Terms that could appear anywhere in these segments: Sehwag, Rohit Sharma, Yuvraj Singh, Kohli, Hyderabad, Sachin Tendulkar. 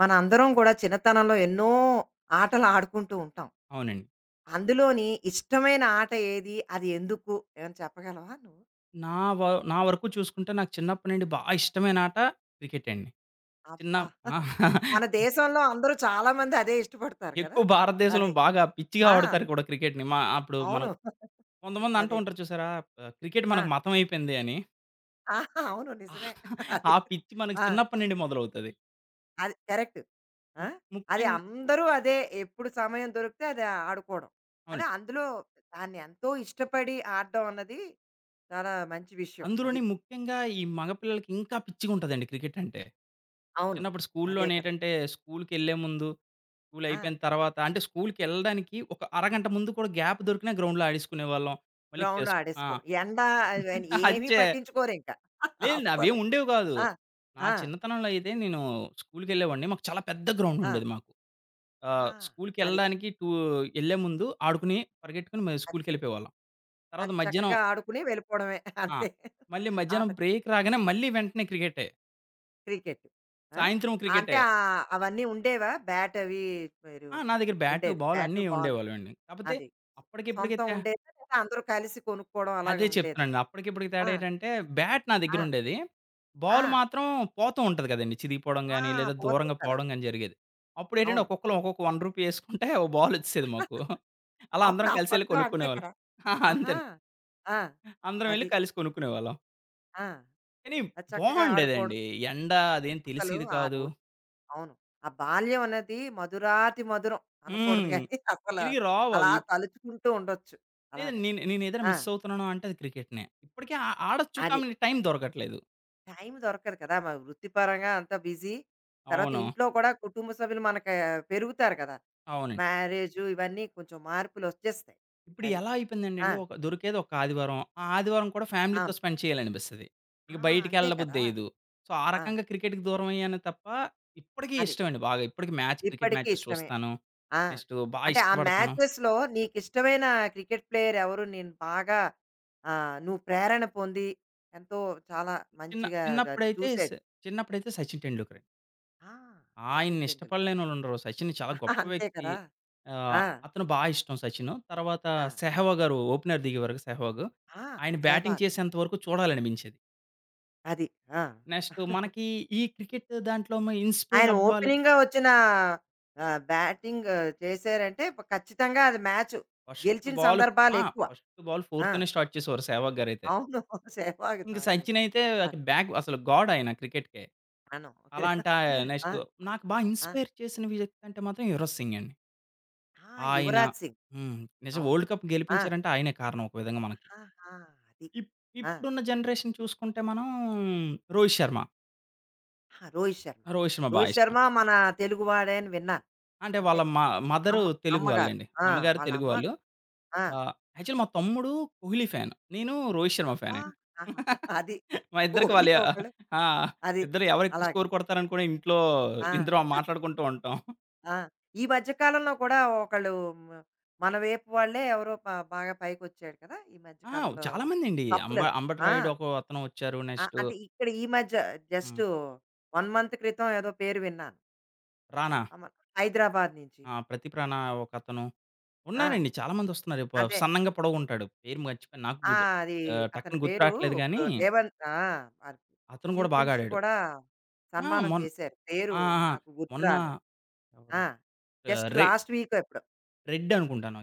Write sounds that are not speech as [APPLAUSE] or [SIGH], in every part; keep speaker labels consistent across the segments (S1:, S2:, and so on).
S1: మనందరం కూడా చిన్నతనంలో ఎన్నో ఆటలు ఆడుకుంటూ ఉంటాం.
S2: అవునండి.
S1: అందులోని ఇష్టమైన ఆట ఏది? అది ఎందుకు? ఏమైనా చెప్పగలవా నువ్వు?
S2: నా వ నా వరకు చూసుకుంటే నాకు చిన్నప్పటి నుండి బా ఇష్టమైన ఆట క్రికెట్ అండి. చిన్న
S1: అబ్బా!
S2: ఆ!
S1: మన
S2: [LAUGHS]
S1: దేశంలో అందరూ చాలా మంది అదే ఇష్టపడతారు కదా!
S2: ఎక్కువ భారతదేశంలో
S1: అదే.
S2: బాగా పిచ్చిగా
S1: ఆ!
S2: ఆడుతారు కూడా క్రికెట్‌ని. మా అప్పుడు
S1: అవును.
S2: మనం కొంతమంది అంటూ
S1: అదే.
S2: ఉంటారు చూసారా? క్రికెట్
S1: ఆ!
S2: మనకు మతం అయిపోయింది అని.
S1: ఆహా! అవును.
S2: ఆ
S1: నిజమే. అది.
S2: ఆ పిచ్చి మనకు
S1: ఆ!
S2: చిన్నప్పటి నుండి మొదలవుతది.
S1: అది కరెక్ట్.
S2: ము
S1: ఆ! అది
S2: ముఖ్యం
S1: అందరూ అదే ఎప్పుడు సమయం దొరికితే అది ఆడుకోవడం. అదే
S2: అవునండి.
S1: అందులో దాన్ని ఎంతో ఇష్టపడి ఆడడం అన్నది చాలా మంచి విషయం. అది.
S2: అందులోని ముఖ్యంగా ఈ మగ పిల్లలకి ఇంకా పిచ్చిగుంటదండి క్రికెట్ అంటే.
S1: అవును.
S2: చిన్నప్పుడు
S1: అదే కదా!
S2: స్కూల్లోనేటంటే స్కూల్‌కెళ్ళే ముందు స్కూల్
S1: ఆ!
S2: అయిపోయిన తర్వాత అంటే స్కూల్‌కెళ్ళడానికి ఒక అరగంట ముందు కూడా గ్యాప్ దొరికినా గ్రౌండ్‌లో ఆడేసుకునేవాళ్ళం. మళ్ళీ
S1: గ్రౌండ్‌లో
S2: చెస్ ఆ!
S1: ఆడేసుకోవడం. ఎండ అవన్నీ
S2: [LAUGHS]
S1: ఏమీ
S2: అచ్చే.
S1: పట్టించుకోరు ఇంకా. [LAUGHS]
S2: లేదండి
S1: అస్సలు.
S2: అవేం ఉండేవి కాదు.
S1: ఆ!
S2: నా
S1: ఆ!
S2: చిన్నతనంలో అయితే నేను స్కూల్‌కెళ్ళేవాడిని. మాకు చాలా పెద్ద గ్రౌండ్
S1: ఆ!
S2: ఉండేది మాకు.
S1: ఆ! అది.
S2: స్కూల్‌కెళ్ళడానికి టూ ఎళ్ళే ముందు ఆడుకుని, పరిగెట్టుకొని
S1: అది.
S2: స్కూల్‌కెళ్ళిపోయేవాళ్ళం. తర్వాత
S1: అది
S2: మధ్యాహ్నం
S1: చక్కగా ఆడుకుని వెళ్ళిపోవడమే [LAUGHS]
S2: ఆ!
S1: అంతే.
S2: మళ్ళీ మధ్యాహ్నం
S1: ఆటకి
S2: బ్రేక్ రాగానే మళ్ళీ వెంటనే క్రికెటే.
S1: క్రికెట్. ఆ!
S2: సాయంత్రం
S1: అంటే
S2: క్రికెటే.
S1: అవన్నీ ఉండేవా? బ్యాట్ అవి మీరు
S2: ఆ! నా దగ్గర బ్యాటు,
S1: ఉండేది.
S2: బాల్
S1: బ్యాటు,
S2: అన్నీ
S1: బాలు
S2: ఉండేవాళ్ళవండి. కాపోతే
S1: అది.
S2: అప్పటికిప్పటికి
S1: సొంతం
S2: తే
S1: ఉండేదా? లేదా అందరూ కలిసి కొనుక్కోవడం అలాగా
S2: అదే
S1: ఉండేదా?
S2: చెప్తున్నానండి. అప్పటికిప్పటికి
S1: ఆ!
S2: తేడా ఏంటంటే, బ్యాట్ నా
S1: ఆ!
S2: దగ్గరుండేది.
S1: ఆ!
S2: బాల్ మాత్రం పోతూ ఉంటది కదండీ! చిరిగిపోవడం
S1: ఆ!
S2: గాని, లేదా
S1: పోతుంది
S2: దూరంగా
S1: కదా!
S2: పోవడం గాని జరిగేది. అప్పుడేంటంటే
S1: అవును.
S2: ఒక్కొక్కళ్ళం ఒక్కొక్క రూ. 1 ఏసుకుంటే ఓ బాలొచ్చేసేది మాకు.
S1: [LAUGHS]
S2: అలా
S1: అవును.
S2: అందరం కలిసెళ్లి
S1: అప్పట్లో అంతే
S2: కొనుక్కునేవాళ్ళం.
S1: కదా!
S2: ఆ!
S1: ఆహా!
S2: అంతేను.
S1: ఆ!
S2: అందరం వెళ్లి
S1: అది.
S2: కలిసి కొనుక్కునేవాళ్ళం.
S1: ఆ!
S2: కానీ
S1: అది చక్కగా ఆడుకోవడం.
S2: బావుండేదండి. ఎండ అదేం
S1: అసలు
S2: తెలిసేది
S1: ఆ
S2: కాదు.
S1: రోజు అవును. ఆ బాల్యం అన్నది మధురాతి మధురం అనకూడదు
S2: హ్మ్.
S1: గానీ [LAUGHS] అసలు
S2: తిరిగి
S1: అలా
S2: రావవి.
S1: తలుచుకుంటూ ఉండొచ్చు.
S2: లేదండి
S1: అలాగా.
S2: నేనేదైనా
S1: ఆ!
S2: మిస్ అవుతున్నాను అంటే అది క్రికెట్‌నే. ఇప్పటికి ఆడొచ్చు
S1: అది.
S2: కానీ టైం దొరకట్లేదు.
S1: టైం దొరకదు కదా! మన వృత్తిపరంగా అంతా బిజీ. తర్వాత
S2: అవును.
S1: ఇంట్లో కూడా కుటుంబ సభ్యులు మనకు ఆ, పెరుగుతారు కదా!
S2: అవునండి.
S1: మ్యారేజు ఇవన్నీ కొంచెం మార్పులొచ్చేస్తాయి.
S2: ఇప్పుడు
S1: అది.
S2: ఎలా
S1: ఆ!
S2: అయిపోయిందంటేండి దొరికేది ఒక ఆదివారం. ఆ ఆదివారం కూడా ఫ్యామిలీతో
S1: అవును.
S2: స్పెండ్ చేయాలనిపిస్తది.
S1: ఆ!
S2: ఇంక
S1: అంతే
S2: బయటికెళ్ళ
S1: కదా!
S2: బుద్దెయ్యదు. సో, ఆ
S1: ఆ!
S2: రకంగా క్రికెట్‌కి దూరమయ్యాను తప్ప ఇప్పటికీ
S1: అది.
S2: ఇష్టమండి బాగా. ఇప్పటికి క్రికెట్
S1: ఇప్పటికీ
S2: మ్యాచెస్
S1: ఇష్టమే.
S2: చూస్తాను.
S1: ఆ!
S2: నెక్స్ట్ బాగా
S1: అంటే ఆ
S2: ఇష్టపడతాను.
S1: మ్యాచెస్‌లో నీకిష్టమైన క్రికెట్ ప్లేయర్ ఎవరు? నేను బాగా నువ్వు ప్రేరణ పొంది ఎంతో చాలా
S2: చిన్న
S1: మంచిగా అది అది
S2: చిన్నప్పుడైతే స
S1: చూసేది.
S2: చిన్నప్పుడైతే సచిన్ టెండూల్కర్ అండి.
S1: ఆ! 'సచిన్
S2: ఆయన్ని
S1: టెండూల్కర్'
S2: ఇష్టపడలేనోళ్ళుండరు. సచిన్ చాలా గొప్ప
S1: [LAUGHS] అంతే
S2: వ్యక్తి.
S1: కదా! ఆ!
S2: అతను బా ఇష్టం సచిన్. తర్వాత
S1: ఆ!
S2: సెహ్వాగ్ గారు ఓపెనర్ దిగేవారు సెహ్వాగ్.
S1: ఆ!
S2: ఆయన బ్యాటింగ్
S1: 'సెహ్వాగ్'
S2: చేసేంత వరకు చూడాలనిపించేది.
S1: అది. ఆ!
S2: నెక్స్ట్ మనకి ఈ క్రికెట్ దాంట్లో ఇన్‌స్పైర్
S1: ఆయన
S2: అవ్వాలి.
S1: ఓపెనింగ్‌గా వచ్చిన బ్యాటింగ్ చేశారంటే ప ఖచ్చితంగా అది మ్యాచ్
S2: ఫస్ట్
S1: గెలిచిన
S2: బాల్ ఆ!
S1: సందర్భాలెక్కువ.
S2: ఫస్ట్ బాల్
S1: ఆ!
S2: 4తోనే స్టార్ట్ చేసేవారు సెహ్వాగ్ గారైతే.
S1: అవును. [LAUGHS] 'సెహ్వాగ్'
S2: ఇంక
S1: నాకు.
S2: సచిన్ అయితే
S1: ఆ!
S2: అసలు గాడ్ ఆయన క్రికెట్‌కే.
S1: అవును.
S2: అలాంటి
S1: [LAUGHS]
S2: ఆహ్,
S1: ఆ!
S2: నెక్స్ట్ నాకు బాగా
S1: ఆ!
S2: ఇన్‌స్పైర్ చేసిన వ్యక్తి అంటే మాత్రం యువరాజ్ సింగ్ అండి.
S1: ఆ!
S2: ఆయన
S1: 'యువరాజ్ సింగ్.'
S2: హ్మ్. నిజం
S1: అవును.
S2: వరల్డ్ కప్
S1: ఆ!
S2: గెలిపించారంటే ఆయనే కారణం ఒక విధంగా మనకి.
S1: ఆహాహా! అది.
S2: ఇప్
S1: ఆ!
S2: ఇప్పుడున్న జనరేషన్ చూసుకుంటే మనం రోహిత్ శర్మ.
S1: ఆ! 'రోహిత్ శర్మ.'
S2: రోహిత్ శర్మ బా
S1: 'రోహిత్
S2: ఇష్టం.
S1: శర్మ' మన తెలుగువాడే అని విన్నాను.
S2: అంటే
S1: అంటే
S2: వాళ్ళ మ మదరు
S1: అమ్మ
S2: తెలుగు
S1: అమ్మగారు.
S2: వాళ్ళండి.
S1: ఆ!
S2: అమ్మగారు
S1: వాళ్ళ
S2: తెలుగు
S1: అమ్మ
S2: వాళ్ళు.
S1: ఆ!
S2: ఆ! యాక్చువల్లీ మా తమ్ముడు కోహ్లీ ఫ్యాన్. నేను రోహిత్ శర్మ
S1: అబ్బా!
S2: ఫ్యానండి.
S1: ఆహా!
S2: [LAUGHS]
S1: అది.
S2: మా ఇద్దరికి
S1: కోహ్లీ
S2: వాళ్ళ
S1: ఒకళ్ళు
S2: ఆ!
S1: అది.
S2: ఇద్దరు ఎవరు ఎక్కువ
S1: అలాగా.
S2: స్కోర్ కొడతారని కూడా ఇంట్లో
S1: ఆ!
S2: ఇద్దరం మాట్లాడుకుంటూ ఉంటాం.
S1: ఆ! ఈ మధ్య కాలంలో కూడా ఒకళ్ళు మ మన వైపు వాళ్ళే ఎవరో ప బాగా పైకొచ్చాడు కదా! ఈ మధ్య
S2: ఆ!
S1: కాలంలో
S2: చాలా
S1: ఎవరో
S2: మందండి.
S1: కప్పులవి. ఆ!
S2: అంబటరాయుడు ఒక అతను వచ్చారు.
S1: ఆ!
S2: నెక్స్ట్
S1: అంటే ఇక్కడ ఈ మధ్య
S2: హ్మ్.
S1: జస్టు 1 మంత్ క్రితం ఏదో పేరు విన్నాను.
S2: రానా,
S1: అమ హైదరాబాద్ నుంచి.
S2: ఆ! ప్రదీప్ రానా ఒకతను.
S1: ఆ!
S2: ఉన్నారండి చాలా మంది వస్తున్నారు.
S1: అదే.
S2: సన్నంగా పొడవుగుంటాడు. పేరు మర్చిపోయాను.
S1: ఆ! అది అతని
S2: టక్కున గుర్తు
S1: పేరు
S2: రావట్లేదు గానీ,
S1: ఇప్పుడు రేవంత్ ఆ! అది
S2: అతను కూడా
S1: చీఫ్
S2: బాగా
S1: మినిస్టర్
S2: ఆడాడు.
S1: కూడా
S2: ఆ!
S1: సన్మానం
S2: మొన్
S1: చేశారు. పేరు
S2: ఆ! ఆ!
S1: నాకు గుర్తు
S2: మొన్న
S1: రాలేదు.
S2: ఎవరు
S1: ఆ!
S2: ఆహ్,
S1: జస్ట్
S2: రె
S1: లాస్ట్ వీకో ఎప్పుడో.
S2: రెడ్ అనుకుంటాను.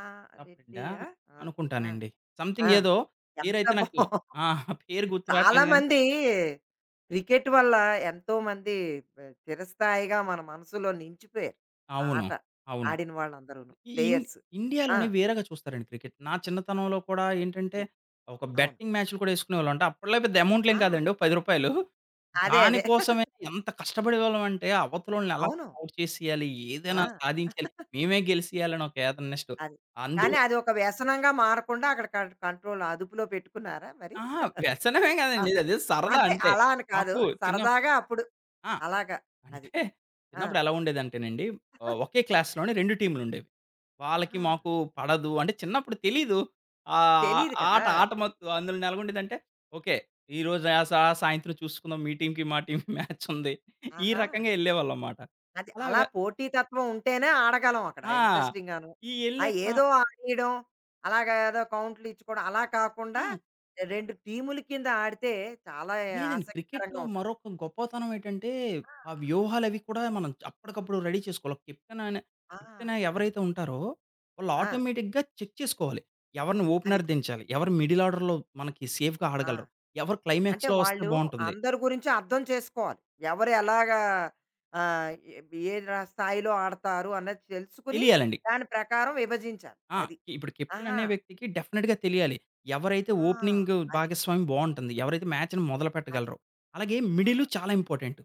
S1: ఆ!
S2: టాప్ ఫ్రెండా?
S1: రెడ్డియా? ఆ! ఆ!
S2: అనుకుంటానండి.
S1: ఆ!
S2: సంథింగ్
S1: ఆ.
S2: ఏదో
S1: ఎంత
S2: పేరైతే
S1: బా
S2: నాకు ఆ! పేరు గుర్తు రావట్లేదు గానీ
S1: చాలామంది [LAUGHS] క్రికెట్ వల్ల ఎంతోమంది బ్ చిరస్థాయిగా మన మనసులో నిలిచిపోయారు. ఆ
S2: అవును.
S1: ఆట
S2: అవును.
S1: ఆడిన వాళ్ళందరూను.
S2: ఈ ఇన్
S1: ప్లేయర్స్. ఆ!
S2: ఇండియాలోనే వేరేగా చూస్తారండి క్రికెట్. నా చిన్నతనంలో కూడా ఏంటంటే,
S1: అది.
S2: ఒక
S1: అవును.
S2: బెట్టింగ్ మ్యాచ్‌లు కూడా యేసుకునేవాళ్ళం. అంటే అప్పట్లో పెద్ద
S1: ఆ!
S2: అమౌంట్‌లేం కాదండి. ఒక రూ. 10
S1: అదే.
S2: దానికోసమే
S1: [LAUGHS]
S2: ఎంత కష్టపడేవాళ్ళమంటే, అవతలోళ్ళని ఎలా
S1: అవును.
S2: ఔట్ చేసేయాలి,
S1: ఆ!
S2: ఏదైనా సాధించాలి, మేమే గెలిసేయాలని ఒక ఏథన నెక్స్ట్
S1: అది. కానీ
S2: అందులో
S1: అదొక వ్యసనంగా మారకుండా అక్కడ కన్ కంట్రోల్ అదుపులో పెట్టుకున్నారా మరి?
S2: ఆ! వ్యసనమే
S1: ఆ!
S2: కాదండి. అదే సరదా
S1: అంటే
S2: అంతే.
S1: అలా అని కాదు.
S2: మాకు చిన్న
S1: సరదాగా అప్పుడు
S2: ఆ!
S1: అలాగా. అది.
S2: అంటే
S1: ఆ!
S2: చిన్నప్పుడు ఎలా ఉండేదంటేనండి, ఒకే క్లాస్‌లోనే 2 టీమ్‌లుండేవి. వాళ్ళకి
S1: ఆహా!
S2: మాకు పడదు. అంటే చిన్నప్పుడు తెలీదు. ఆహ్,
S1: తెలీదు కదా!
S2: ఆట ఆట
S1: అది.
S2: మత్తు అందులోని ఎలాగుండేదంటే, ఓకే. ఈరోజు ఆ! సా సాయంత్రం చూసుకుందాం. మీ టీమ్‌కి, మా టీమ్‌కి మ్యాచుంది. ఈ
S1: ఆహా!
S2: రకంగా ఎళ్ళేవాళ్ళం మాట.
S1: అది
S2: అలా
S1: అలా
S2: వె
S1: పోటీ తత్వం ఉంటేనే ఆడగలం అక్కడ
S2: ఆ!
S1: ఇంట్రెస్టింగ్‌గాను.
S2: ఈ
S1: ఆ!
S2: ఎళ్ళే క్ర
S1: ఏదో ఆడేయడం, అలాగా ఏదో కౌంట్లు ఇచ్చుకోవడం అలా కాకుండా
S2: ఆ!
S1: 2 టీముల కింద ఆడితే చాలా
S2: లేదండి.
S1: ఆసక్తికరంగా
S2: క్రికెట్‌లో
S1: ఉంటుంది.
S2: మరొక గొప్పతనం ఏంటంటే,
S1: ఆ!
S2: ఆ వ్యూహాలవి కూడా మనం అప్పటికప్పుడు రెడీ చేసుకోవాలి. ఒక కెప్టెన్ అనే
S1: ఆ!
S2: కెప్టెన్
S1: అది.
S2: ఎవరైతే ఉంటారో, వాళ్ళు
S1: ఆ!
S2: ఆటోమేటిక్‌గా చెక్ చేసుకోవాలి. ఎవరిని
S1: అది.
S2: ఓపెనర్ దించాలి, ఎవరు మిడిల్ ఆర్డర్‌లో మనకి సేఫ్‌గా
S1: ఆ!
S2: ఆడగలరు, ఎవరు
S1: అంటే
S2: క్లైమాక్స్‌లో వస్తే
S1: వాళ్ళు
S2: బావుంటుంది.
S1: అందరి గురించి అర్థం చేసుకోవాలి. ఎవరు ఎలాగా ఎ ఏ రా స్థాయిలో ఆడతారు అన్నది తెలుసుకుని,
S2: తెలియాలండి.
S1: దాని ప్రకారం విభజించాలి.
S2: ఆ!
S1: అది.
S2: ఇప్పుడు కెప్టెన్
S1: ఆహా!
S2: అనే వ్యక్తికి డెఫినిట్‌గా తెలియాలి. ఎవరైతే
S1: ఆ!
S2: ఓపెనింగ్
S1: అది.
S2: భాగస్వామి బావుంటుంది, ఎవరైతే మ్యాచ్‌ని
S1: అది.
S2: మొదలుపెట్టగలరో. అలాగే
S1: ఆ!
S2: మిడిలు చాలా ఇంపార్టెంట్.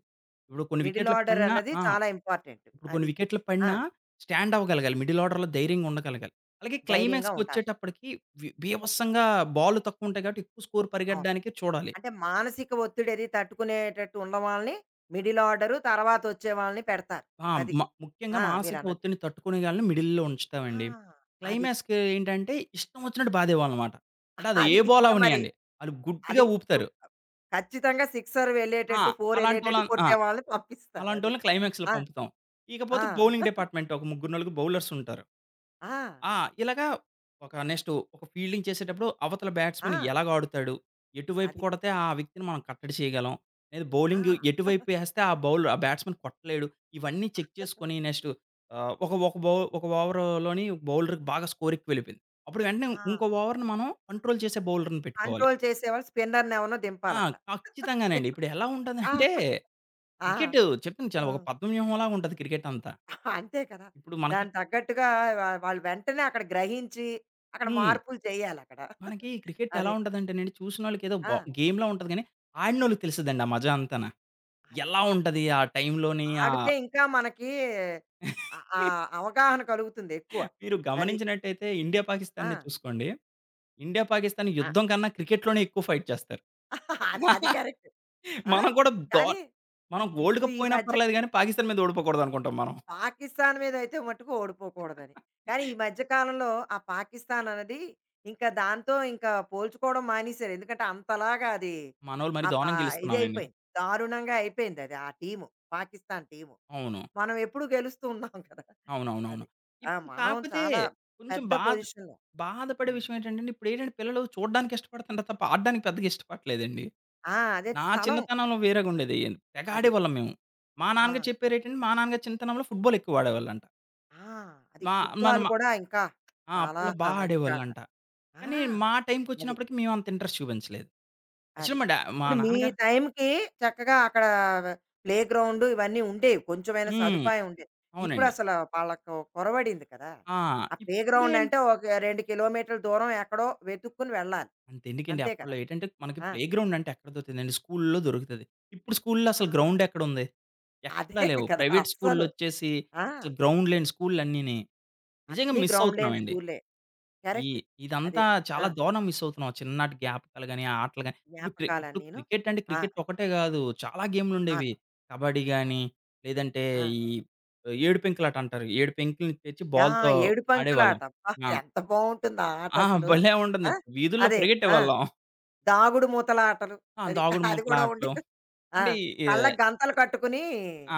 S2: ఇప్పుడు కొన్ని
S1: మిడిల్
S2: వికెట్‌లు
S1: ఆర్డర్
S2: పడినా
S1: అన్నది
S2: ఆ!
S1: చాలా ఇంపార్టెంట్.
S2: ఇప్పుడు కొన్ని
S1: అది.
S2: వికెట్లు
S1: ఆ!
S2: పడినా స్టాండ్ అవ్వగలగాలి. మిడిల్ ఆర్డర్‌లో ధైర్యంగా ఉండగలగాలి. అలాగే
S1: ధైర్యంగా ఉండాలి.
S2: క్లైమాక్స్‌కొచ్చేటప్పటికి బీభత్సంగా బాల్‌లు తక్కువుంటాయి కాబట్టి ఎక్కువ స్కోర్
S1: అవును.
S2: పరిగెట్టడానికి చూడాలి.
S1: అంటే మానసిక ఒత్తిడి అది తట్టుకునేటట్టు ఉన్న వాళ్ళని మిడిల్ ఆర్డరు, తర్వాత వచ్చే వాళ్ళని పెడతారు.
S2: ఆ!
S1: అది.
S2: ముఖ్యంగా
S1: ఆ!
S2: మానసిక
S1: మీరన్నది.
S2: ఒత్తిడిని తట్టుకునేగాలని మిడిల్‌లో
S1: ఆ!
S2: ఉంచుతామండి.
S1: అది.
S2: క్లైమాక్స్‌కి ఏంటంటే ఇష్టం వచ్చినట్టు బాదేవాళ్ళనమాట. అంటే
S1: [LAUGHS]
S2: అది ఏ
S1: అది.
S2: బాల్
S1: ఇంకా మరి
S2: అవ్వనియండి. ఆళ్ళు గుడ్డిగా
S1: అది సు-
S2: ఊపుతారు.
S1: ఖచ్చితంగా సిక్సర్
S2: ఆ!
S1: వెళ్ళేటట్టు ఫోర్ వెళ్ళేటట్టు
S2: అలాంటోళ్ళని ఆ!
S1: కొట్టే వాళ్ళని పంపిస్తారు అది
S2: అలాంటోళ్ళని క్లైమాక్స్‌లో
S1: ఆ
S2: పంపుతాం.
S1: ఆ
S2: ఇకపోతే బౌలింగ్ డిపార్ట్మెంట్ ఒక ముగ్గురు, నలుగురు బౌలర్స్ ఉంటారు.
S1: ఆ
S2: ఆ! ఇలాగా ఒక నెక్స్ట్ ఒక ఫీల్డింగ్ చేసేటప్పుడు అవతల
S1: ఆ
S2: బ్యాట్స్‌మెన్ ఎలాగ ఆడుతాడు? ఎటువైపు
S1: అది
S2: కొడితే ఆ వ్యక్తిని మనం కట్టడి చేయగలం? లేదా
S1: ఆ
S2: బౌలింగ్ ఎటువైపు ఎస్తే ఆ బౌలర్ ఆ బ్యాట్స్‌మెన్ కొట్టలేడు. ఇవన్నీ చెక్ చేసుకొని నెక్స్ట్ ఆహ్, ఒక ఒక బౌ ఒక ఓవర్‌లోని బౌలర్‌కి బాగా స్కోర్ ఎక్కువెళ్ళిపోయింది. అప్పుడు వెంటనే
S1: ఆ
S2: ఇంకో ఓవర్‌ని మనం కంట్రోల్ చేసే బౌలర్‌ని పెట్టుకోవాలి.
S1: కంట్రోల్ చేసేవాళ్ళు స్పిన్నర్ని ఎవరినో దింపాలి
S2: ఆ!
S1: అక్కడ Spin-
S2: ఖచ్చితంగానండి. ఇప్పుడు ఎలా
S1: ఆ
S2: ఉంటదంటే
S1: ఆ
S2: క్రికెట్ చెప్తున్నా చాలా
S1: ఆ.
S2: ఒక పద్మ వ్యూహంలాగా ఉంటది క్రికెట్ అంతా.
S1: అంతే కదా
S2: ఇప్పుడు మనకి
S1: దాని తగ్గట్టుగా వా- వాళ్ళు వెంటనే అక్కడ గ్రహించి అక్కడ
S2: హ్మ్.
S1: మార్పులు చేయాలి అక్కడ
S2: మనకి క్రికెట్ ఎలా
S1: అదే
S2: ఉంటదంటేనండి, చూసినోళ్ళకి ఏదో
S1: ఆ
S2: బా గేమ్‌లా ఉంటది గానీ, ఆడినోళ్ళకి తెలుస్తదండి ఆ మజా అంతాన.
S1: అది
S2: ఎలా ఉంటది ఆ టైంలోని
S1: ఆడితే
S2: ఆహ్,
S1: ఇంకా మనకి ఆ ఆ
S2: [LAUGHS]
S1: అవగాహన కలుగుతుంది ఎక్కువ
S2: మీరు
S1: అది
S2: గమనించినట్టయితే ఇండియా,
S1: ఆ
S2: పాకిస్తాన్‌ని చూసుకోండి. ఇండియా, పాకిస్తాన్ యుద్ధం కన్నా క్రికెట్‌లోనే ఎక్కువ ఫైట్ చేస్తారు.
S1: [LAUGHS] అది అది
S2: [LAUGHS]
S1: కరెక్ట్. ఆ!
S2: మనం కూడా దో
S1: కానీ
S2: మనం వరల్డ్
S1: ఇప్పుడు
S2: కప్
S1: ఈ
S2: పోయినా
S1: మధ్య
S2: పర్లేదు గానీ, పాకిస్తాన్ మీద ఓడిపోకూడదనుకుంటాం మనం.
S1: పాకిస్తాన్ మీదైతే మట్టుకు ఓడిపోకూడదని. కానీ ఈ
S2: [LAUGHS]
S1: మధ్య కాలంలో ఆ పాకిస్తాన్ అన్నది ఇంకా దాంతో ఇంకా పోల్చుకోవడం మానేశారు. ఎందుకంటే అంతలాగా అది
S2: మనోళ్ళు
S1: ఆ
S2: మరి
S1: పా
S2: దారుణంగా గెలుస్తున్నామండి.
S1: ఇదయిపోయింది. దారుణంగా అయిపోయిందది ఆ టీము. పాకిస్తాన్ టీము.
S2: అవును.
S1: మనం ఎప్పుడూ గెలుస్తూ ఉన్నాం కదా! అది.
S2: అవునవునవును.
S1: ఆ!
S2: ఇప్పుడు
S1: మనం
S2: కాకపోతే
S1: చాలా
S2: కొంచెం
S1: పెద్ద
S2: బాధ
S1: పొజిషన్‌లో.
S2: బాధపడే
S1: హ్మ్.
S2: విషయం ఏంటంటేండి, ఇప్పుడేంటంటే పిల్లలు చూడ్డానికి ఇష్టపడుతున్నారు తప్ప ఆడడానికి పెద్దగా ఇష్టపడట్లేదండి.
S1: ఆ! అదే
S2: నా
S1: స్థలం
S2: చిన్నతనంలో వేరేగుండేది. తెగ
S1: అది.
S2: ఆడేవాళ్ళం మేము. మా
S1: ఆ!
S2: నాన్నగారు చెప్పారేంటంటే, మా నాన్నగారు చిన్నతనంలో ఫుట్‌బాల్ ఎక్కువ ఆడేవాళ్ళంట.
S1: ఆ! అది.
S2: మా మన
S1: ఫుట్బాల్
S2: మా
S1: కూడా ఇంకా
S2: ఆ!
S1: చాలా
S2: అప్పట్లో బా
S1: మంచి ఆట.
S2: ఆడేవాళ్ళంట.
S1: ఆ!
S2: కానీ మా
S1: అది.
S2: టైమ్‌కొచ్చినప్పటికి మేము అంత ఇంట్రెస్ట్ చూపించలేదు.
S1: అది.
S2: యాక్చువల్లీ మా డా మా
S1: ఇప్పుడు మీ
S2: నాన్నగారు
S1: టైంకి చక్కగా అక్కడ ప్లే గ్రౌండ్ ఇవన్నీ ఉండేవి. కొంచెమైనా
S2: హ్మ్.
S1: సదుపాయం ఉండేది.
S2: అవునండి.
S1: ఇప్పుడసల వాళ్ళకు కొరవడింది కదా!
S2: ఆ!
S1: ఆ ప్లే గ్రౌండ్
S2: ఇప్పుడేం
S1: అంటే ఒక 2 కిలోమీటర్ల దూరం ఎక్కడో వెతుక్కుని వెళ్ళాలి.
S2: అంతెందుకండి
S1: అంతే కదా!
S2: అప్పట్లో ఏంటంటే, మనకి
S1: ఆ!
S2: ప్లేగ్రౌండ్ అంటే ఎక్కడ దొరుకుతదండి? స్కూల్‌లో దొరుకుతది. ఇప్పుడు
S1: ఆ!
S2: స్కూల్‌లో అసలు గ్రౌండ్ ఎక్కడుంది? ఎక్కడా
S1: అదే
S2: లేవు.
S1: కదా!
S2: ప్రైవేట్
S1: అస్సలు.
S2: స్కూల్లోచ్చేసి
S1: ఆ!
S2: అసలు గ్రౌండ్ లేని స్కూల్‌లన్నీని. నిజంగా
S1: అన్నీ
S2: మిస్
S1: గ్రౌండ్ లేని
S2: అవుతున్నామండి.
S1: స్కూల్లే.
S2: ఈ
S1: కరెక్ట్. అదే.
S2: ఇదంతా
S1: ఆ!
S2: చాలా దారుణంగా మిస్ అవుతున్నాం. చిన్ననాటి జ్ఞాపకాలు గాని, ఆ ఆటలు గాని. ఇప్పుడు
S1: జ్ఞాపకాలన్నీను.
S2: క్రికెట్ అంటే
S1: ఆ!
S2: క్రికెట్ ఒకటే గాదు. చాలా
S1: అవును.
S2: గేమ్‌లుండేవి. కబడ్డీ గాని,
S1: అవును.
S2: లేదంటే
S1: ఆ!
S2: ఈ ఏడు పెంకులాట అంటారు. ఏడు పెంకుల్ని తెచ్చి
S1: ఆ!
S2: బాల్‌తో
S1: ఏడుపంకులాట.
S2: ఆడేవాళ్ళం.
S1: అబ్బా!
S2: ఆ!
S1: ఎంత బావుంటుంది ఆ ఆట
S2: ఆ!
S1: అసలు.
S2: భలే
S1: ఆ!
S2: ఉంటుంది. వీధుల్లో
S1: అదే. ఆ!
S2: పరిగెట్టేవాళ్ళం.
S1: దాగుడు మూతల ఆటలు.
S2: ఆ!
S1: అది. అది
S2: దాగుడుమూతల
S1: కూడా
S2: ఆటలు.
S1: ఉండేది. ఆ!
S2: అంటే ఈ
S1: కళ్ళకి గంతలు కట్టుకుని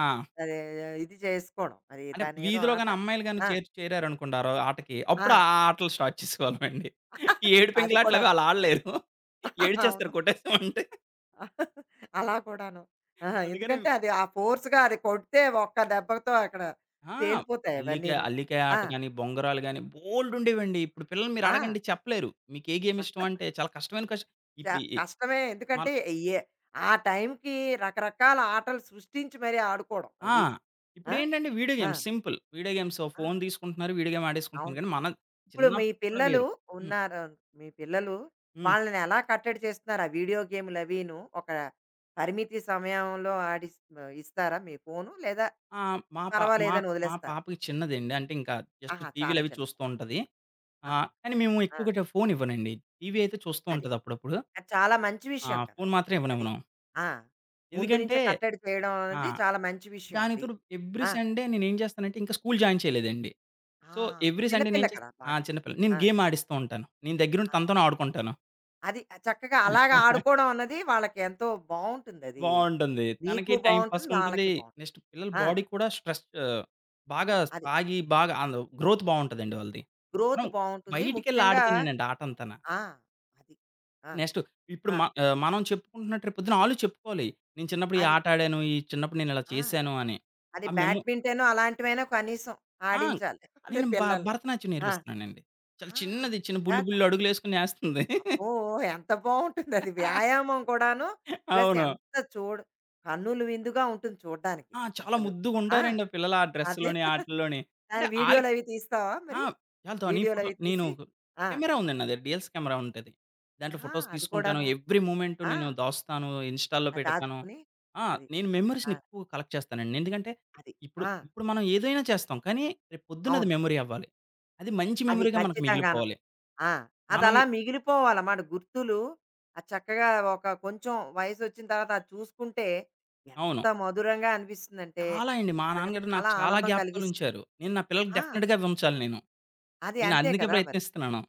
S2: ఆ!
S1: అదే ఇది చేసుకోవడం. అది
S2: అంటే
S1: దాన్నేదో
S2: వీధిలో
S1: ఆట.
S2: గాని అమ్మాయిలు గాని
S1: ఆ!
S2: చేరి చేరారనుకోండి ఆ ఆటకి,
S1: ఆ!
S2: అప్పుడు ఆ ఆటలు స్టార్ట్ చేసేవాళ్ళమండి. ఈ
S1: [LAUGHS] అది
S2: ఏడుపెంకులాటలు అవి
S1: కూడాను.
S2: ఆళ్ళు ఆడలేరు.
S1: అవును.
S2: ఏడిచేస్తారు కొట్టేసామంటే.
S1: అలా కూడాను. ఆ!
S2: అందుకని
S1: ఎందుకంటే అది ఆ ఫోర్స్‌గా అది కొడితే ఒక్క దెబ్బతో అక్కడ
S2: ఆ!
S1: పేలిపోతాయి
S2: అల్లిక
S1: అవన్నీను.
S2: అల్లికాయ
S1: ఆ!
S2: ఆట గాని, బొంగరాలు గాని బోలెడుండేవండి. ఇప్పుడు పిల్లల్ని మీరు
S1: ఆ!
S2: అడగండి చెప్పలేరు. మీకు ఏ గేమ్ ఇష్టం అంటే చాలా కష్టమైన కష్
S1: చా
S2: ఇప్పుడు ఈ
S1: కష్టమే.
S2: మన్
S1: ఎందుకంటే ఎ ఆ టైంకి రకరకాల ఆటలు సృష్టించి మరీ ఆడుకోవడం
S2: ఆ!
S1: అవి. ఆ!
S2: ఇప్పుడేంటంటే వీడియో
S1: ఆ!
S2: Games simple. వీడియో గేమ్స్
S1: ఆ!
S2: ఫోను తీసుకుంటున్నారు. వీడియో గేమ్ ఆడేసుకుంటున్నారు.
S1: అవును.
S2: కానీ
S1: ఇప్పుడు మీ
S2: చిన్నప్పుడు కూడా
S1: పిల్లలు
S2: వేరు. హ్మ్.
S1: ఉన్నారు మీ పిల్లలు
S2: హ్మ్.
S1: వాళ్ళని ఎలా కట్టడి చేస్తున్నారు? ఆ వీడియో గేమ్‌లు అవిను ఒక పరిమితి సమయంలో ఆడిస్ ఇస్తారా మీ ఫోను? లేదా
S2: ఆ! మా పా మా
S1: పర్వాలేదని
S2: మా
S1: వదిలేస్తారా?
S2: పాపకి చిన్నదండి. అంటే ఇంకా జస్ట్
S1: ఆహా!
S2: టీవీలు
S1: చాలా
S2: అవి
S1: చిన్నది.
S2: చూస్తూ ఉంటది.
S1: ఆహా!
S2: కానీ మేము
S1: ఆ!
S2: ఎక్కువగా ఫోన్ ఇవ్వనండి. టీవీ అయితే చూస్తూ
S1: అది.
S2: ఉంటది అప్పుడప్పుడు.
S1: అది చాలా మంచి
S2: ఆ!
S1: విషయం కదా!
S2: ఫోన్ మాత్రం
S1: అది.
S2: ఇవ్వనివ్వను.
S1: ఆ! ముందు నుంచే
S2: ఎందుకంటే
S1: కట్టడి చేయడం
S2: ఆ!
S1: అనేది చాలా మంచి విషయం
S2: దానికి
S1: అది.
S2: తోడు ఎవ్రీ
S1: ఆ!
S2: సండే నేనేం చేస్తానంటే ఇంకా స్కూల్ జాయిన్ చేయలేదండి.
S1: ఆ!
S2: సో,
S1: అది
S2: ఎవ్రీ సండే
S1: చిన్నపిల్ల
S2: నేనేం
S1: కదా!
S2: చేస్తాను ఆ!
S1: బాగా.
S2: చిన్న పిల్ల. నేను
S1: ఆ!
S2: గేమ్ ఆడిస్తూ ఉంటాను. నేను దగ్గరుండి
S1: ఆ!
S2: తనతోనే ఆడుకుంటాను.
S1: అది చక్కగా అలాగా ఆడుకోవడం అన్నది వాళ్ళకి ఎంతో బావుంటుందది.
S2: బావుంటుంది.
S1: నీకు
S2: తనకి టైం
S1: బావుంటుంది.
S2: పాస్‌గుంటుంది.
S1: వాళ్ళకి బావుంటుంది.
S2: నెక్స్ట్ పిల్లల
S1: ఆ!
S2: బాడీ కూడా బాగా
S1: అది.
S2: సాగి బాగా ఆళ్ళు గ్రోత్ బావుంటదండి వాళ్ళది.
S1: గ్రోత్
S2: మనం
S1: బావుంటుంది.
S2: బయటికెళ్ళి
S1: ముఖ్యంగా
S2: ఆడితేనేనండి ఆటంతాన.
S1: ఆ! అది. ఆ!
S2: నెక్స్ట్ ఇప్పుడు
S1: ఆ!
S2: మ ఆహ్, మనం చెప్పుకుంటున్నట్టు రేపొద్దున ఆళ్ళు చెప్పుకోవాలి. నేను చిన్నప్పుడు ఈ
S1: అది.
S2: ఆట ఆడాను. ఈ చిన్నప్పుడు నేనిలా
S1: ఆ!
S2: చేశాను అని.
S1: అది
S2: ఆ మెమొ
S1: బ్యాడ్మింటను అలాంటివైనా కనీసం
S2: ఆ!
S1: ఆడించాలి. అదే
S2: నేను
S1: పిల్లల్ని.
S2: భరతనాట్యం
S1: ఆ!
S2: నేర్పిస్తున్నానండి. చాలా
S1: ఆ!
S2: చిన్నది చిన్న
S1: అదిగా
S2: బుల్లి
S1: చా
S2: బుల్లి అడుగులేసుకొని ఏస్తుంది.
S1: అబ్బో! ఎంత బావుంటుందది. వ్యాయామం కూడాను. ప్లస్
S2: అవును.
S1: ఎంత చూడ కన్నులు విందుగా ఉంటుంది చూడ్డానికి
S2: ఆ! చాలా
S1: అసలు. ఆ!
S2: ముద్దుగుంటారండి ఆ పిల్లలు ఆ
S1: అదే.
S2: డ్రెస్‌లోని ఆటిల్లోని. అంటే
S1: దాని
S2: ఆళ్ళకి
S1: వీడియోలవి తీస్తావా
S2: ఆ!
S1: మరి?
S2: వాళ్ళతోని ఫోటో
S1: వీడియోలవి
S2: నేను
S1: తీసి ఆ!
S2: కెమెరా ఉందండి నా దగ్గర. డీఎల్ఎస్ కెమెరా ఉంటది. దాంట్లో
S1: ఆహా!
S2: ఫోటోస్
S1: అది
S2: తీసుకుంటాను.
S1: కూడాను.
S2: ఎవ్రీ మూవ్‌మెంట్
S1: ఆ!
S2: నేను దాస్తాను. ఇన్‌స్టా‌లో
S1: అది
S2: పెడతాను.
S1: దాచుకొని
S2: ఆ!
S1: అది.
S2: నేను
S1: ఆ!
S2: మెమోరీస్‌ని ఎక్కువ కలెక్ట్ చేస్తానండి. ఎందుకంటే,
S1: అది.
S2: ఇప్పుడు
S1: ఆ!
S2: ఇప్పుడు మనం ఏదైనా చేస్తాం. కానీ రేపు పొద్దున అది
S1: అవును.
S2: మెమరీ అవ్వాలి. అది మంచి
S1: అది
S2: మెమరీగా మనకు
S1: ఖచ్చితంగాను.
S2: మిగిలిపోవాలి.
S1: ఆ!
S2: మనం
S1: అదలా
S2: ఎ
S1: మిగిలిపోవాలమాట గుర్తులు. ఆ చక్కగా ఒక కొంచెం వయసొచ్చిన తర్వాత అది చూసుకుంటే
S2: అవును.
S1: ఎంత మధురంగా అనిపిస్తుందంటే
S2: చాలా అండి. మా
S1: నిజంగా
S2: నాన్నగారు నాకు
S1: చాలా
S2: చాలా
S1: ఆనందం కలిగిస్తుంది.
S2: జ్ఞాపకాలుంచారు. నేను నా పిల్లలకి
S1: ఆ!
S2: డెఫినిట్‌గా అవి ఉంచాలి నేను.
S1: అది
S2: నేను
S1: అంతే
S2: అందుకే
S1: కదా మరి.
S2: ప్రయత్నిస్తున్నాను.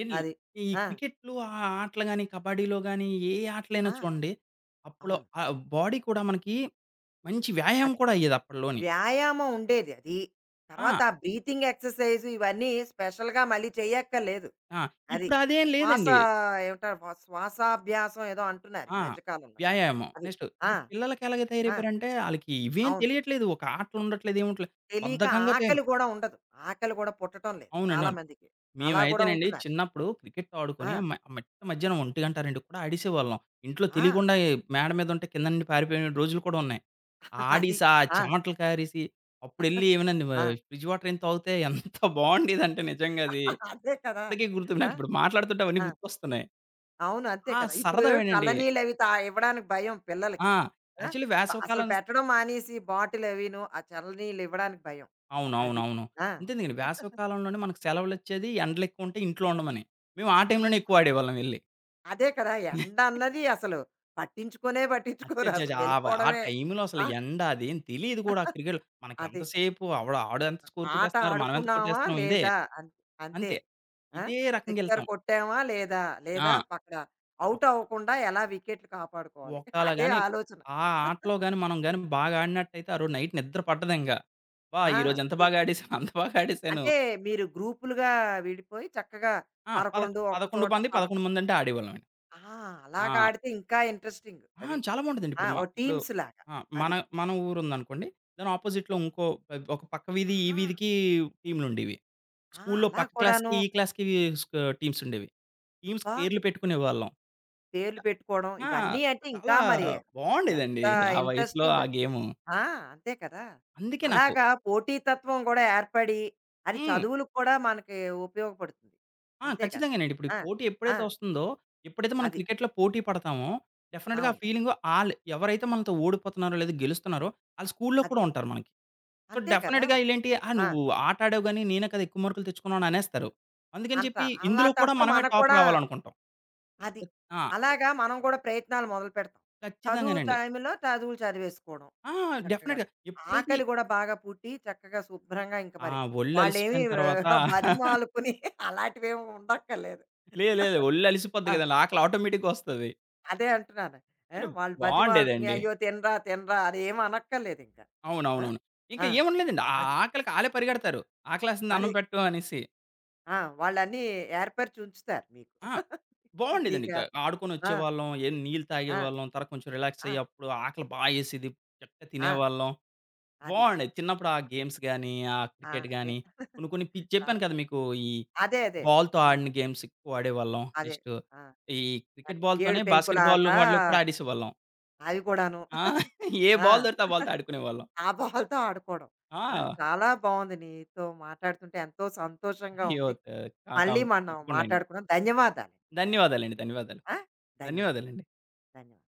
S2: ఏండి
S1: అది.
S2: ఈ
S1: ఆ!
S2: క్రికెట్‌లు ఆ ఆటలు గాని, కబడ్డీలో గాని, ఏ ఆటలైనా
S1: ఆ!
S2: చూడండి. అప్పులో
S1: అవును.
S2: బాడీ కూడా మనకి మంచి వ్యాయామం
S1: అదే.
S2: కూడా అయ్యేది అప్పట్లోని.
S1: వ్యాయామం ఉండేది అది. తర్వాత
S2: ఆ!
S1: ఆ బ్రీతింగ్ ఎక్సర్‌సైజ్ ఇవన్నీ స్పెషల్‌గా మళ్ళీ చేయక్కర్లేదు.
S2: ఆ!
S1: అది.
S2: ఇప్పుడు అదేం
S1: శ్వాస
S2: లేదండి.
S1: ఏమంటారు వ శ్వాసాభ్యాసం ఏదో అంటున్నారు ఈ
S2: ఆ!
S1: మధ్య కాలంలో.
S2: వ్యాయామం.
S1: అది.
S2: నెక్స్ట్
S1: ఆ!
S2: ఇప్పుడు పిల్లలకి ఎలాగ
S1: ఆ!
S2: తయారైపోయారంటే, ఆళ్ళకి ఇవేం
S1: అవును.
S2: తెలియట్లేదు. ఒక ఆటలు ఉండట్లేదు. ఏముండట్లేదు.
S1: తెలియక
S2: బద్ధకంగా తయారు
S1: ఆకలి గూడా ఉండదు. ఆకలి గూడా పుట్టటం లేదు
S2: అవునండి.
S1: చాలా
S2: అవును.
S1: మందికి. అలా గూడా
S2: మేమైతేనండి
S1: ఉంటున్నారు.
S2: చిన్నప్పుడు క్రికెట్ ఆడుకొని
S1: ఆ!
S2: మిట్ట మధ్యాహ్నం 1:00, 2 కూడా ఆడేసేవాళ్ళం. ఇంట్లో
S1: ఆ!
S2: తెలియకుండా మేడ మీద ఉంటే కింద నుండి పారిపోయిన రోజులు కూడా ఉన్నాయి.
S1: [LAUGHS] అది.
S2: ఆడీసి, ఆ
S1: ఆ!
S2: చెమటలు కారేసి, అప్పుడెళ్ళి ఏమోనండి వ
S1: ఆ!
S2: ఫ్రిడ్జ్ వాటర్ ఏం తాగితే ఎంత బావుండేదంటే నిజంగా అది.
S1: [LAUGHS] అదే కదా!
S2: ఇప్పటికి గుర్తు
S1: ఆ!
S2: నాకిప్పుడు మాట్లాడుతుంటే అవన్నీ
S1: ఆ!
S2: గుర్తొస్తున్నాయి.
S1: అవును. అంతే
S2: ఆ!
S1: కదా! ఇప్పుడు
S2: సరదావేనండి.
S1: చల్లనీళ్ళవి తా ఇవ్వడానికి భయం పిల్లలకి.
S2: ఆ!
S1: ఆ!
S2: యాక్చువల్లీ
S1: అసలు
S2: వేసవికాలం స్
S1: పెట్టడం మానేసి బాటిలవిను, ఆ చల్లనీళ్ళు ఇవ్వడానికి భయం. అది.
S2: అవునవునవును.
S1: ఆ!
S2: అంతెందుకండి వేసవికాలంలోనే మనకు సెలవులొచ్చేది ఎండలెక్కువుంటే ఇంట్లో ఉండమని. మేము ఆ
S1: ఆ!
S2: టైంలోనే ఎక్కువ ఆడేవాళ్ళం వెళ్లి.
S1: అదే కదా! ఎండన్నది అసలు పట్టించుకునే పట్టించుకోరు.
S2: అచ్చచ్చచ్చ!
S1: అసలు
S2: ఆ
S1: వెళ్ళిపోవడమే.
S2: టైంలో అసలు
S1: ఆ!
S2: ఎండ అదేం తెలీదు కూడా క్రికెట్
S1: అది.
S2: మనకెంతసేపు ఆవిడ ఆడెంత స్కోర్
S1: ఆట
S2: కొట్టేస్తున్నారు, మనమెంత
S1: ఆడుకున్నామా?
S2: కొట్టేస్తున్నాం ఇదే.
S1: లేదా? అం అంతే.
S2: అంతే.
S1: ఆ!
S2: ఇదే
S1: సిక్సర్
S2: రకంగెళ్తాం.
S1: కొట్టామా? లేదా? లేదా
S2: ఆ!
S1: అక్కడ ఔట్ అవ్వకుండా ఎలా వికెట్లు కాపాడుకోవాలి?
S2: ఒకళ
S1: అదే
S2: గాని
S1: ఆలోచన.
S2: ఆ ఆటలో గాని, మనం గాని బాగా ఆడినట్టయితే ఆ రోజు నైట్ నిద్ర పట్టదింక. అబ్బా!
S1: ఆ!
S2: ఈరోజు ఎంత
S1: అది.
S2: బాగా ఆడేసాను, అంత బాగా ఆడేసాను.
S1: అంటే మీరు గ్రూపులుగా విడిపోయి చక్కగా
S2: ఆ!
S1: 11 ఒక
S2: 11
S1: చోట
S2: మంది 11
S1: 11
S2: మందంటే ఆడేవాళ్ళమండి.
S1: ఆ!
S2: ఆ!
S1: అలాగా ఆడితే ఇంకా ఇంట్రెస్టింగ్
S2: ఆ!
S1: అది.
S2: చాలా బావుంటదండి.
S1: ఆ!
S2: ఇప్పుడు మ
S1: ఓ
S2: ఇప్పుడు
S1: టీమ్స్ లాగా
S2: ఆ! మన
S1: అది.
S2: మన ఊరుందనుకోండి. దాని అపోజిట్‌లో ఇంకో ఒక పక్క వీధి, ఈ
S1: ఆహా!
S2: వీధికి టీమ్‌లుండేవి.
S1: ఆ!
S2: స్కూల్లో
S1: అలా
S2: పక్క క్లాస్‌కి,
S1: కూడాను.
S2: ఈ క్లాస్‌కి టీమ్సుండేవి. టీమ్స్‌కి
S1: అబ్బా!
S2: పేర్లు పెట్టుకునేవాళ్ళం.
S1: పేర్లు పెట్టుకోవడం
S2: ఆ!
S1: ఇవన్నీ అంటే ఇంకా
S2: చాలా
S1: మరి ఎంత
S2: బావుండేదండి. ఆ వయసులో
S1: ఇంట్రెస్టింగ్
S2: ఆ
S1: అది.
S2: గేము.
S1: ఆ! అంతే కదా!
S2: అందుకే నాకు
S1: అలాగా పోటీతత్వం కూడా ఏర్పడి అది
S2: హ్మ్.
S1: చదువులకు కూడా మనకి ఉపయోగపడుతుంది.
S2: ఆ!
S1: అంతే కదా!
S2: ఖచ్చితంగానండి. ఇప్పుడు ఈ
S1: ఆ!
S2: పోటీ
S1: ఆ!
S2: ఎప్పుడైతే వస్తుందో, ఎప్పుడైతే మనం
S1: అది.
S2: క్రికెట్‌లో పోటీ పడతామో, డెఫినెట్‌గా ఆ
S1: అవును.
S2: ఫీలింగు ఆళ్ళు ఎవరైతే మనతో ఓడిపోతున్నారో, లేదా గెలుస్తున్నారో, ఆళ్ళు స్కూల్‌లో
S1: అది.
S2: కూడా ఉంటారు మనకి. సో,
S1: అంతే కదా!
S2: డెఫినెట్‌గా ఈళ్ళేంటి, "ఆ!
S1: ఆ!
S2: "నువ్వు ఆట ఆడావు గానీ, నేనే కదా ఎక్కువ మార్కులు తెచ్చుకున్నావు" అని అనేస్తారు. అందుకని చెప్పి
S1: అంటారు.
S2: ఇందులో కూడా
S1: అలాటప్పుడు
S2: మనమే
S1: మనకు
S2: టాప్
S1: కూడా
S2: రావాలనుకుంటాం.
S1: అది.
S2: ఆ!
S1: అలాగా మనం కూడా ప్రయత్నాలు మొదలుపెడతాం. చదువు
S2: ఖచ్చితంగానండి.
S1: టైంలో చదువులు చదివేసుకోవడం
S2: ఆ!
S1: చక్కగాను.
S2: డెఫినెట్‌గా. ఎప్పుడైతే
S1: ఆకలి గూడా బాగా పుట్టి చక్కగా శుభ్రంగా ఇంక
S2: ఆ!
S1: మరి వాళ్ళేమి
S2: ఒళ్ళలిసిపోయిన తర్వాత
S1: ఆ,
S2: [LAUGHS]
S1: బతిమాలుకుని [LAUGHS] అలాంటివేమి ఉండక్కర్లేదు.
S2: లేదు లేదు.
S1: ఆ!
S2: ఒళ్ళలిసిపోద్ది కదండీ! ఆకలి ఆటోమేటిక్‌గా వస్తది.
S1: అదే అంటున్నాను. ఆ!
S2: కానీ
S1: వాళ్ళు బతిమాలుకుని
S2: బావుండేదండి.
S1: అయ్యో! తినరా, తినరా అదేమి అనక్కర్లేదింక. ఆ!
S2: అవునవునవును. ఇంక
S1: ఆ!
S2: ఏముండలేదండి. ఆ
S1: అది.
S2: ఆకలికి ఆళ్ళే పరిగెడతారు. ఆకలేస్తుంది అన్నం
S1: అది.
S2: పెట్టు అనేసి.
S1: ఆ! వాళ్ళన్నీ ఏర్పరిచి ఉంచుతారు మీకు.
S2: ఆ!
S1: [LAUGHS]
S2: బావుండేదండి. గ
S1: నీకా ఆ!
S2: ఆడుకొనొచ్చేవాళ్ళం. ఏం నీళ్ళు
S1: ఆ!
S2: తాగేవాళ్ళం. తర్వాత కొంచెం రిలాక్స్
S1: ఆ!
S2: అయ్యి అప్పుడు ఆకలి బా యేసేది. చక్కగా
S1: ఆ!
S2: తినేవాళ్ళం.
S1: అది.
S2: బావుండేది. చిన్నప్పుడు ఆ గేమ్స్ గాని, ఆ
S1: ఆ!
S2: క్రికెట్
S1: అదే.
S2: గాని కొన్ని కొన్ని పి
S1: [LAUGHS] చాలు.
S2: చెప్పాను కదా! మీకు ఈ
S1: అదే.
S2: బాల్‌తో
S1: హ్మ్.
S2: ఆడిన గేమ్స్ ఎక్కువ ఆడేవాళ్ళం.
S1: అదే.
S2: నెక్స్ట్
S1: ఆ!
S2: ఈ క్రికెట్
S1: అదే. ఏడు
S2: బాల్‌తోనే
S1: పెంకుల
S2: బాస్కెట్
S1: ఆట
S2: బాల్ వాటిలో కూడా ఆడేసేవాళ్ళం.
S1: అవి కూడాను.
S2: ఆ! ఏ బాల్
S1: ఆ!
S2: దొరికితే ఆ బాల్‌తో ఆడుకునేవాళ్ళం.
S1: ఆ బాల్‌తో ఆడుకోవడం. ఆ!
S2: ఆ!
S1: చాలా బావుంది నీతో మాట్లాడుతుంటే ఎంతో సంతోషంగా
S2: అయ్యో!
S1: ఉంది.
S2: త కా కా
S1: మళ్ళీ మనం
S2: తప్పకుండా అండి.
S1: మాట్లాడుకుందాం. ధన్యవాదాలు. ధన్యవాదాలు.
S2: ధన్యవాదాలండి. ధన్యవాదాలు.
S1: ఆ! ధన్యవాదాలు.
S2: ధన్యవాదాలండి.
S1: ధన్యవాదాలు.